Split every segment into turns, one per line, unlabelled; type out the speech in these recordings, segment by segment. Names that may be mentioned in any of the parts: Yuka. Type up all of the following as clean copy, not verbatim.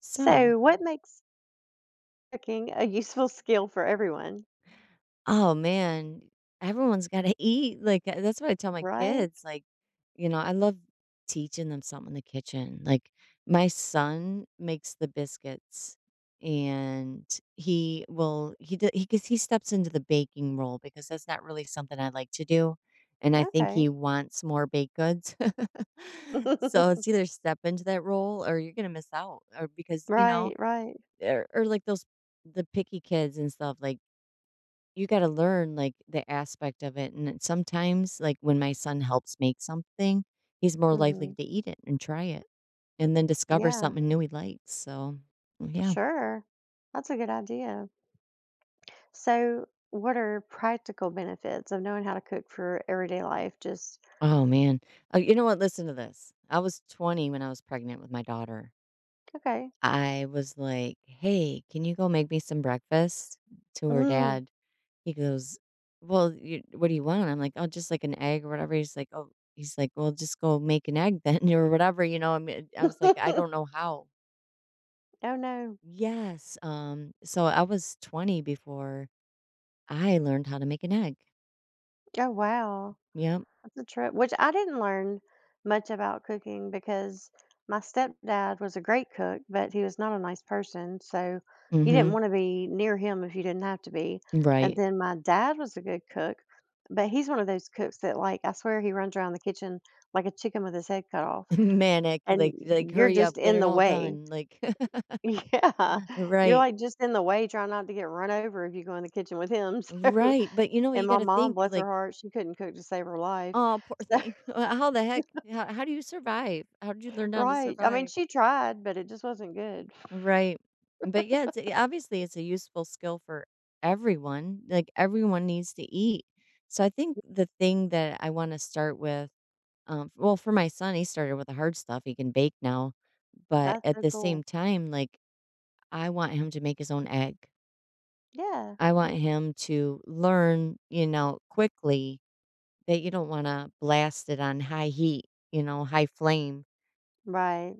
So,
So, what makes cooking a useful skill for everyone?
oh man, everyone's got to eat. Like that's what I tell my
Right?
kids. Like, you know, I love teaching them something in the kitchen. Like my son makes the biscuits, and he because he steps into the baking role because that's not really something I like to do, and I think
Okay.
he wants more baked goods. So it's either step into that role or you're gonna miss out, or
Right, right.
or like those the picky kids and stuff like, you gotta learn, like, the aspect of it, and then sometimes, like, when my son helps make something, he's more
Hmm.
likely to eat it and try it, and then discover
Yeah,
something new he likes, so, yeah.
sure. That's a good idea. So, what are practical benefits of knowing how to cook for everyday life? Just,
Oh, man. You know what? Listen to this. I was 20 when I was pregnant with my daughter.
okay.
I was like, "Hey, can you go make me some breakfast?" to her
Mm.
dad. He goes, "Well, you what do you want?" I'm like, "Oh, just like an egg or whatever." He's like, "Oh," he's like, "Well, just go make an egg then or whatever," I mean, I was like, "I don't know how."
Oh, no.
Yes. So I was 20 before I learned how to make an egg.
Oh, wow.
Yep.
That's a trip, which I didn't learn much about cooking because my stepdad was a great cook, but he was not a nice person, so you didn't
Mm-hmm.
want to be near him if you didn't have to be. And
Right.
then my dad was a good cook, but he's one of those cooks that, like, I swear he runs around the kitchen like a chicken with his head cut off,
Manic.
and
Like,
you're
hurry
just
up, get
in
it
the
all
way.
done. Like,
Yeah, you're
right,
like just in the way, trying not to get run over if you go in the kitchen with him.
right. But you know,
So, and
you
my
got to
mom,
think
bless her
like,
heart, she couldn't cook to save her life.
oh, poor thing. How the heck? How do you survive? How did you learn how to
Right, I mean,
survive?
she tried, but it just wasn't good.
Right. But yeah, it's eh, obviously it's a useful skill for everyone. Like everyone needs to eat. So I think the thing that I want to start with, well, for my son, he started with the hard stuff. He can bake now, but
That's
at
so
the
cool.
same time, like, I want him to make his own egg.
Yeah,
I want him to learn, you know, quickly that you don't want to blast it on high heat, you know, high flame,
right.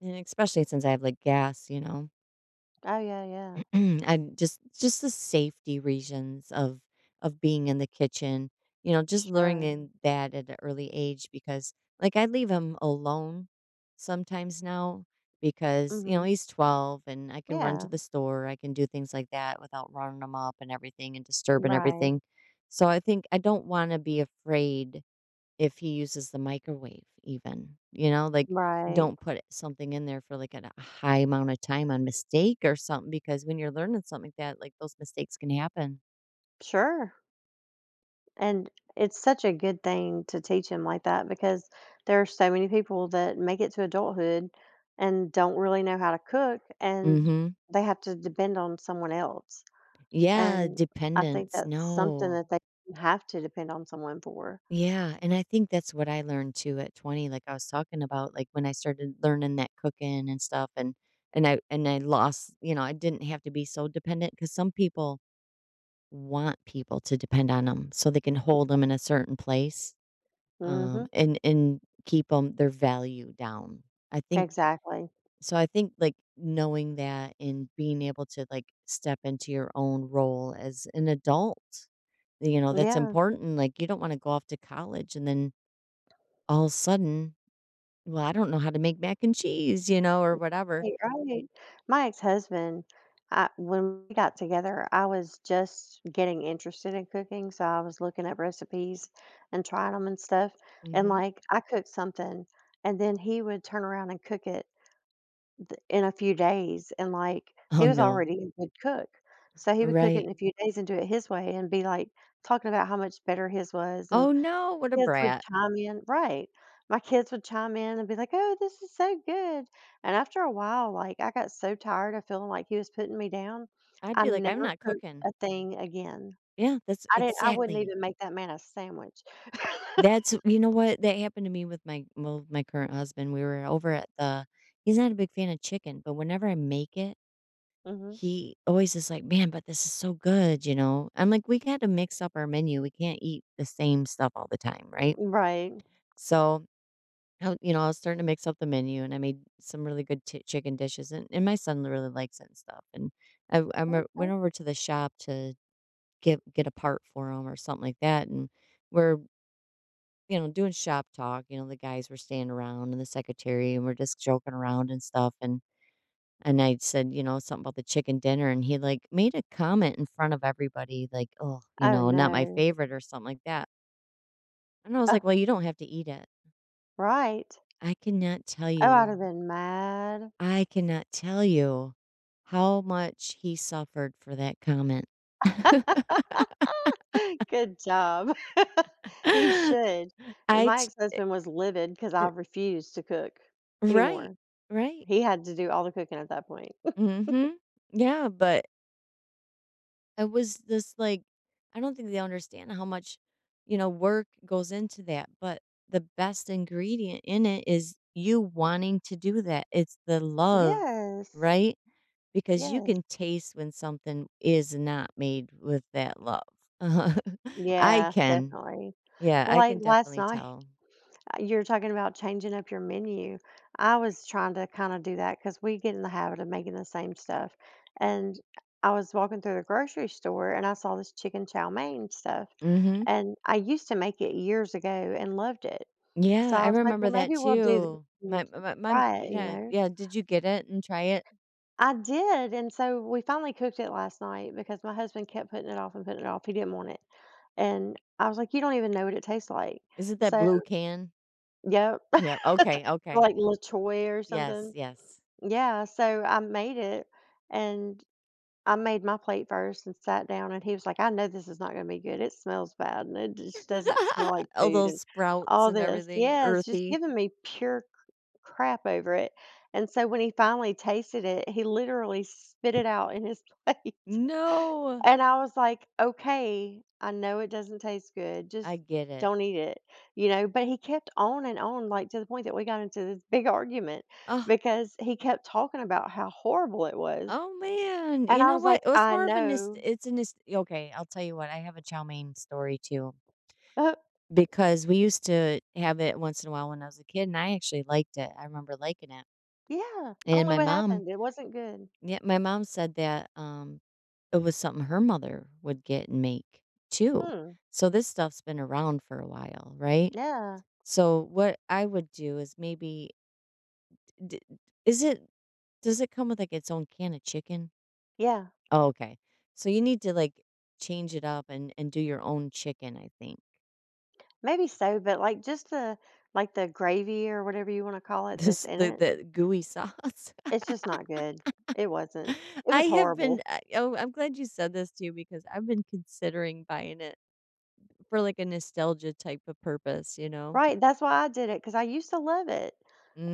and especially since I have like gas, you know.
Oh, yeah, yeah,
And just the safety reasons of being in the kitchen, you know, just
sure.
learning that at an early age because like I leave him alone sometimes now because you know
Mhm.
he's 12 and I can run to
Yeah,
the store, I can do things like that without running him up and everything and disturbing
right,
everything. So I think I don't want to be afraid if he uses the microwave even, you know, like,
right.
don't put something in there for, like, a high amount of time on mistake or something because when you're learning something like that, like, those mistakes can happen.
Sure, and it's such a good thing to teach him like that because there are so many people that make it to adulthood and don't really know how to cook, and
Mhm.
they have to depend on someone else,
Yeah,
and I think
dependence,
that's something
no.
that they have to depend on someone for.
Yeah, and I think that's what I learned too at 20, like I was talking about, like, when I started learning that cooking and stuff and and I lost, you know, I didn't have to be so dependent because some people want people to depend on them so they can hold them in a certain place.
Mhm,
And keep them their value down. I think,
exactly.
so I think, like, knowing that and being able to, like, step into your own role as an adult, you know, that's
Yeah.
important, like, you don't wanna go off to college and then all of a sudden, "Well, I don't know how to make mac and cheese," you know, or whatever.
Right, right. My ex-husband, I when we got together, I was just getting interested in cooking, so I was looking at recipes and trying them and stuff. And
Mhm.
like I cooked something and then he would turn around and cook it in a few days, and like
Oh,
he was
no.
already a good cook. So he would cook it
Right.
in a few days and do it his way and be like talking about how much better his was. And
"Oh, no, what a
kids would
brat."
chime in, right. My kids would chime in and be like, "Oh, this is so good." And after a while, like, I got so tired of feeling like he was putting me down,
I'd
I
be like, "I'm
never
not
cooked
cooking."
a thing again.
Yeah, that's
I wouldn't
exactly.
even make that man a sandwich.
That's, you know what? That happened to me with my, well, with my current husband. We were over at the, he's not a big fan of chicken, but whenever I make it,
Mhm.
he always is like, "Man, but this is so good," you know? I'm like, "We got to mix up our menu. We can't eat the same stuff all the time, right?"
Right.
So, you know, I was starting to mix up the menu and I made some really good chicken dishes and my son really likes it and stuff. And I
Okay.
went over to the shop to get a part for him or something like that and we're, you know, doing shop talk, you know, the guys were staying around and the secretary and we're just joking around and stuff, and I said, you know, something about the chicken dinner and he like made a comment in front of everybody like, "Oh, you
Oh,
know, not my
no.
favorite or something like that." And I was
Uh,
like, "Well, you don't have to eat it."
right.
I cannot tell
Oh, I'd
you.
have been mad.
I cannot tell you how much he suffered for that comment.
Good job. He should.
I
My
t-
ex-husband was livid because I
r-
refused to cook
right.
anymore.
Right.
He had to do all the cooking at that point.
Mhm. Yeah, but it was this, like, I don't think they understand how much, you know, work goes into that, but the best ingredient in it is you wanting to do that. It's the love,
Yes.
right? Because you
Yes.
can taste when something is not made with that love. I
Yeah,
can.
definitely.
Yeah,
Well,
I
like
can
last
definitely
night,
tell.
you were talking about changing up your menu. I was trying to kind of do that because we get in the habit of making the same stuff. And I was walking through the grocery store and I saw this chicken chow mein stuff.
Mhm.
And I used to make it years ago and loved it. So
Yeah,
I
I
was like, "Well,
remember that
maybe we'll do this
too.
and
My
try it," you
yeah,
know?
yeah, did you get it and try it?
I did, and so we finally cooked it last night because my husband kept putting it off and putting it off. He didn't want it. And I was like, "You don't even know what it tastes like."
Is it that
So
blue can?
yep.
Yeah. Okay, okay.
Like La Choy or
Yes,
something.
yes.
Yeah, so I made it, and I made my plate first and sat down, and he was like, "I know this is not gonna be good. It smells bad, and it just doesn't smell like
All
food
those
and
sprouts
all
and
this."
everything
Yeah, it's just
earthy.
giving me pure c crap over it, and so when he finally tasted it, he literally spit it out in his plate,
No,
and I was like, "Okay, I know it doesn't taste good.
I
Just
get it.
don't eat it," you know, but he kept on and on, like, to the point that we got into this big argument
Oh,
because he kept talking about how horrible it was.
oh man.
And
You
I
know
was
what?
like,
It was
"I
more of a nost
know."
it's a nost, okay, I'll tell you what, I have a chow mein story too,
Uh,
because we used to have it once in a while when I was a kid, and I actually liked it. I remember liking it.
yeah, I don't
And
know
my
what
mom,
happened, it wasn't good.
yeah, my mom said that, it was something her mother would get and make too.
Hmm,
So this stuff's been around for a while, right?
yeah,
So what I would do is maybe d d- is it, does it come with, like, its own can of chicken?
yeah,
Oh, okay. So you need to, like, change it up and do your own chicken, I think.
maybe so, but, like, just the, like, the gravy or whatever you wanna call it that's
This
in it,
the gooey sauce.
it's just not good. It wasn't. It
I
was
have been
horrible.
I oh, I'm glad you said this too because I've been considering buying it for, like, a nostalgia type of purpose, you know?
Right, that's why I did it, because I used to love it,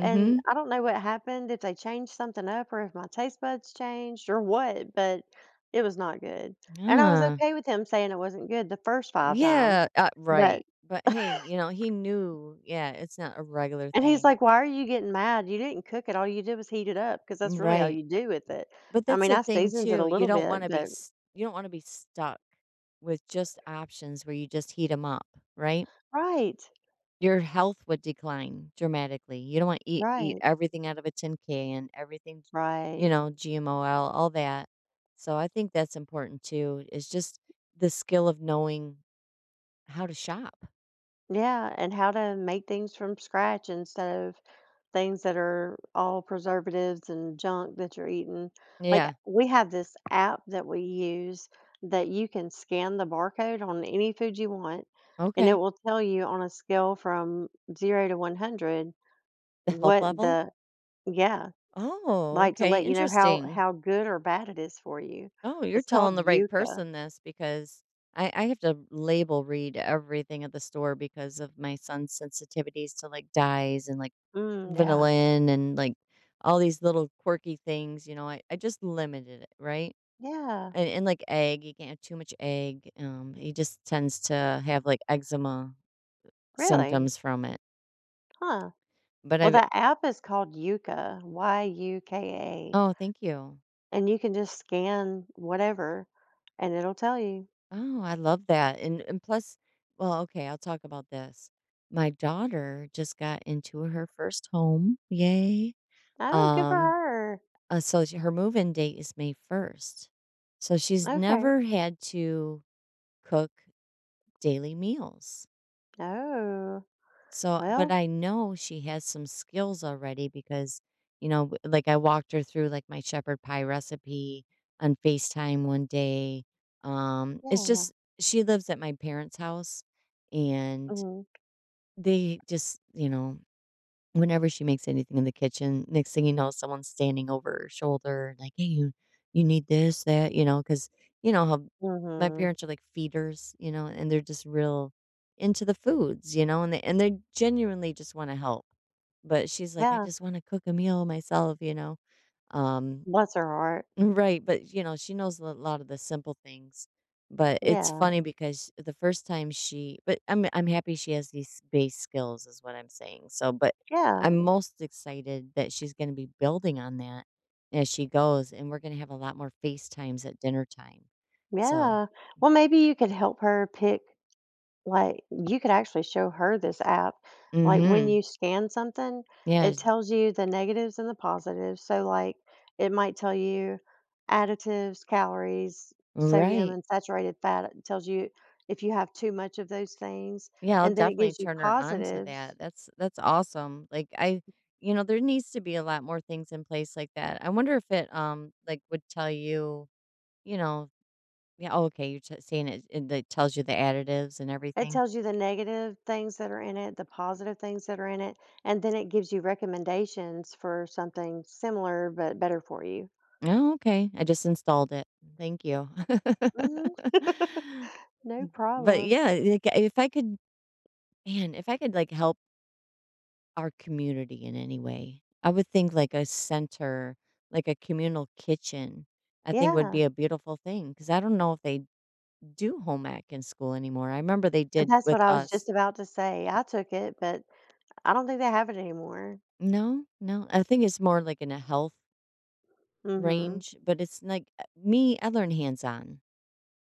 and I don't know what happened, if they changed something up or if my taste buds changed or what, but it was not good, and I was
Ah.
okay with him saying it wasn't good the first 5 times,
Yeah,
but
right. But hey, you know, he knew, yeah, it's not a regular
and he's
thing.
like, "Why are you getting mad? You didn't cook it, all you did was heat it up, because that's really all
Right.
you do with it.
But
I
that's
mean,
the
I
thing
seasoned it a
too.
little bit, but
You don't want to be stuck with just options where you just heat them up, right?
right,
Your health would decline dramatically. You don't want to eat
right,
everything out of a tin can, everything,
right.
you know, GMOL, all that. So I think that's important too, is just the skill of knowing how to shop.
Yeah, and how to make things from scratch instead of things that are all preservatives and junk that you're eating. Like,
Yeah.
we have this app that we use that you can scan the barcode on any food you want, and it
Okay.
will tell you on a scale from 0 to 100
The health
what
level?
the yeah.
Oh,
Like, to
okay.
let you know how
Interesting.
how good or bad it is for you.
Oh, you're
It's
telling
called
the right
Yuka.
person this because I have to label read everything at the store because of my son's sensitivities to like dyes and like
Mm, yeah.
vanillin and like all these little quirky things. You know, I just limited it, right?
Yeah,
And like egg, you can't have too much egg. He just tends to have like eczema
really?
symptoms from it.
Huh.
But
Well,
I've,
that app is called Yuka, Yuka,
oh, thank you.
and you can just scan whatever, and it'll tell you.
Oh, I love that, and plus, well, okay, I'll talk about this. My daughter just got into her first home, yay.
Oh, good for
Um,
her.
so she her move-in date is May 1st. So she's
Okay.
never had to cook daily meals.
Oh,
So, but
well,
I know she has some skills already because, you know, like I walked her through like my shepherd pie recipe on FaceTime one day. It's
yeah.
just she lives at my parents' house and
Mhm.
they just, you know, whenever she makes anything in the kitchen, next thing you know, someone's standing over her shoulder, like, "Hey, you need this, that," you know?" Because you know how my
Mhm.
parents are like feeders, you know, and they're just real into the foods, you know, and they genuinely just wanna help. But she's like, "I
Yeah.
just wanna cook a meal myself," you know? Um,
Bless her heart.
Right, but, you know, she knows a lot of the simple things, but it's
Yeah.
funny because the first time she but I'm happy she has these base skills is what I'm saying, so but
Yeah.
I'm most excited that she's gonna be building on that as she goes, and we're gonna have a lot more FaceTimes at dinner time, so.
Yeah. Well, maybe you could help her pick. Like, you could actually show her this app. Like, when
Mhm.
you scan something,
Yeah,
it tells you the negatives and the positives. So, like, it might tell you additives, calories, sodium,
right.
and saturated fat. It tells you if you have too much of those things.
Yeah, I'll
And then it
definitely
gives you
turn her on to
positives.
that. That's awesome. Like I, you know, there needs to be a lot more things in place like that. I wonder if it like would tell you, you know, yeah, oh, okay, saying it, that tells you the additives and
It
everything.
tells you the negative things that are in it, the positive things that are in it. And then it gives you recommendations for something similar but better for you.
Oh, okay. I just installed it. Thank you.
Mhm. No
But
problem.
yeah, like, if I could, man, if I could like help our community in any way. I would think like a center, like a communal kitchen, I think would
Yeah.
be a beautiful thing because I don't know if they do home ec in school anymore. I remember they
And
did
that's
with
what I was just
us.
about to say. I took it, but I don't think they have it anymore.
No, I think it's more like in a health
Mhm.
range, but it's like me, I learn hands on.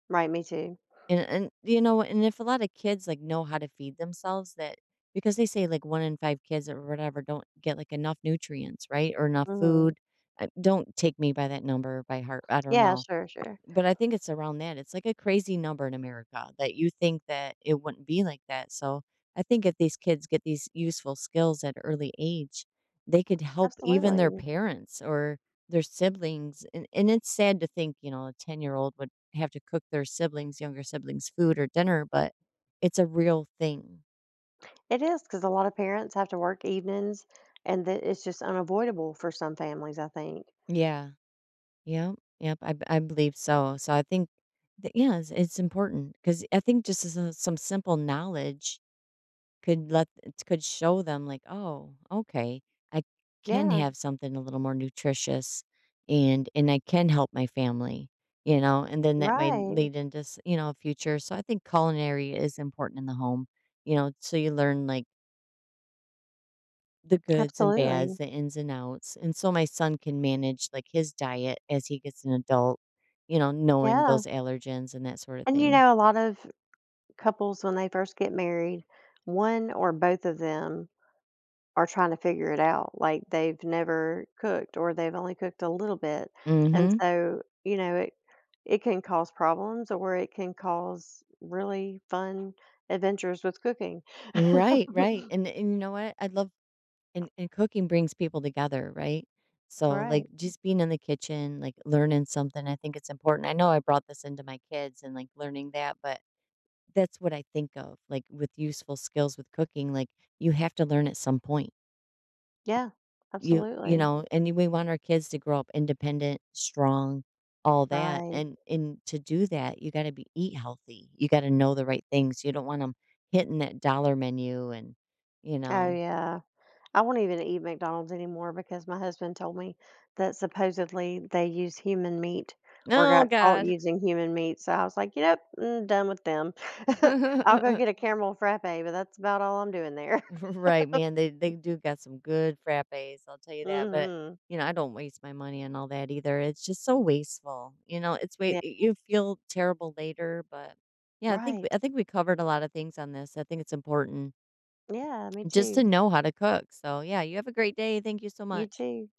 Right, me too.
And you know, and if a lot of kids, like, know how to feed themselves that, because they say, like, 1 in 5 kids or whatever don't get, like, enough nutrients, right, or enough
Mhm.
food. I don't take me by that number by heart, I don't
Yeah,
know.
sure, sure.
But I think it's around that. It's like a crazy number in America that you think that it wouldn't be like that. So I think if these kids get these useful skills at early age, they could help even their
Absolutely.
parents or their siblings. And it's sad to think, you know, a 10-year-old year old would have to cook their siblings, younger siblings, food or dinner, but it's a real thing.
It is because a lot of parents have to work evenings, and that it's just unavoidable for some families, I think.
Yeah. Yep. Yep. I believe so. So I think that, yeah, it's important because I think just some simple knowledge could let, it could show them like, "Oh, okay, I can
Yeah,
have something a little more nutritious and I can help my family," you know, and then that might
right.
lead into, s you know, a future, so I think culinary is important in the home, you know, so you learn, like, the goods and bads,
Absolutely.
the ins and outs, and so my son can manage, like, his diet as he gets an adult, you know, knowing
Yeah.
those allergens and that sort of
And, you
thing.
know, a lot of couples, when they first get married, one or both of them are trying to figure it out. Like, they've never cooked or they've only cooked a little bit. And
Mhm.
so, you know, it can cause problems or it can cause really fun adventures with cooking.
Right, right, and you know what? I love. And cooking brings people together, right? So, like,
Right.
just being in the kitchen, like, learning something, I think it's important. I know I brought this into my kids and, like, learning that, but that's what I think of, like, with useful skills with cooking, like, you have to learn at some point.
Yeah.
You
Absolutely.
know, and we want our kids to grow up independent, strong, all that,
Right.
and to do that, you gotta be eat healthy. You gotta know the right things. You don't want them hitting that dollar menu and, you
Oh
know,
yeah. I won't even eat McDonald's anymore because my husband told me that supposedly they use human meat or
"No,
got caught
God."
using human meat. So I was like, "Yep, I'm done with them." I'll go get a caramel frappe, but that's about all I'm doing there.
Right, man, they do got some good frappes, I'll tell you that, but,
Mhm.
you know, I don't waste my money and all that either, it's just so wasteful, you know, it's
Yeah,
wait, you feel terrible later, but, yeah,
right.
I think we covered a lot of things on this, I think it's important
Yeah, me
just
too.
to know how to cook, so, yeah, you have a great day, thank you so
You
much.
too.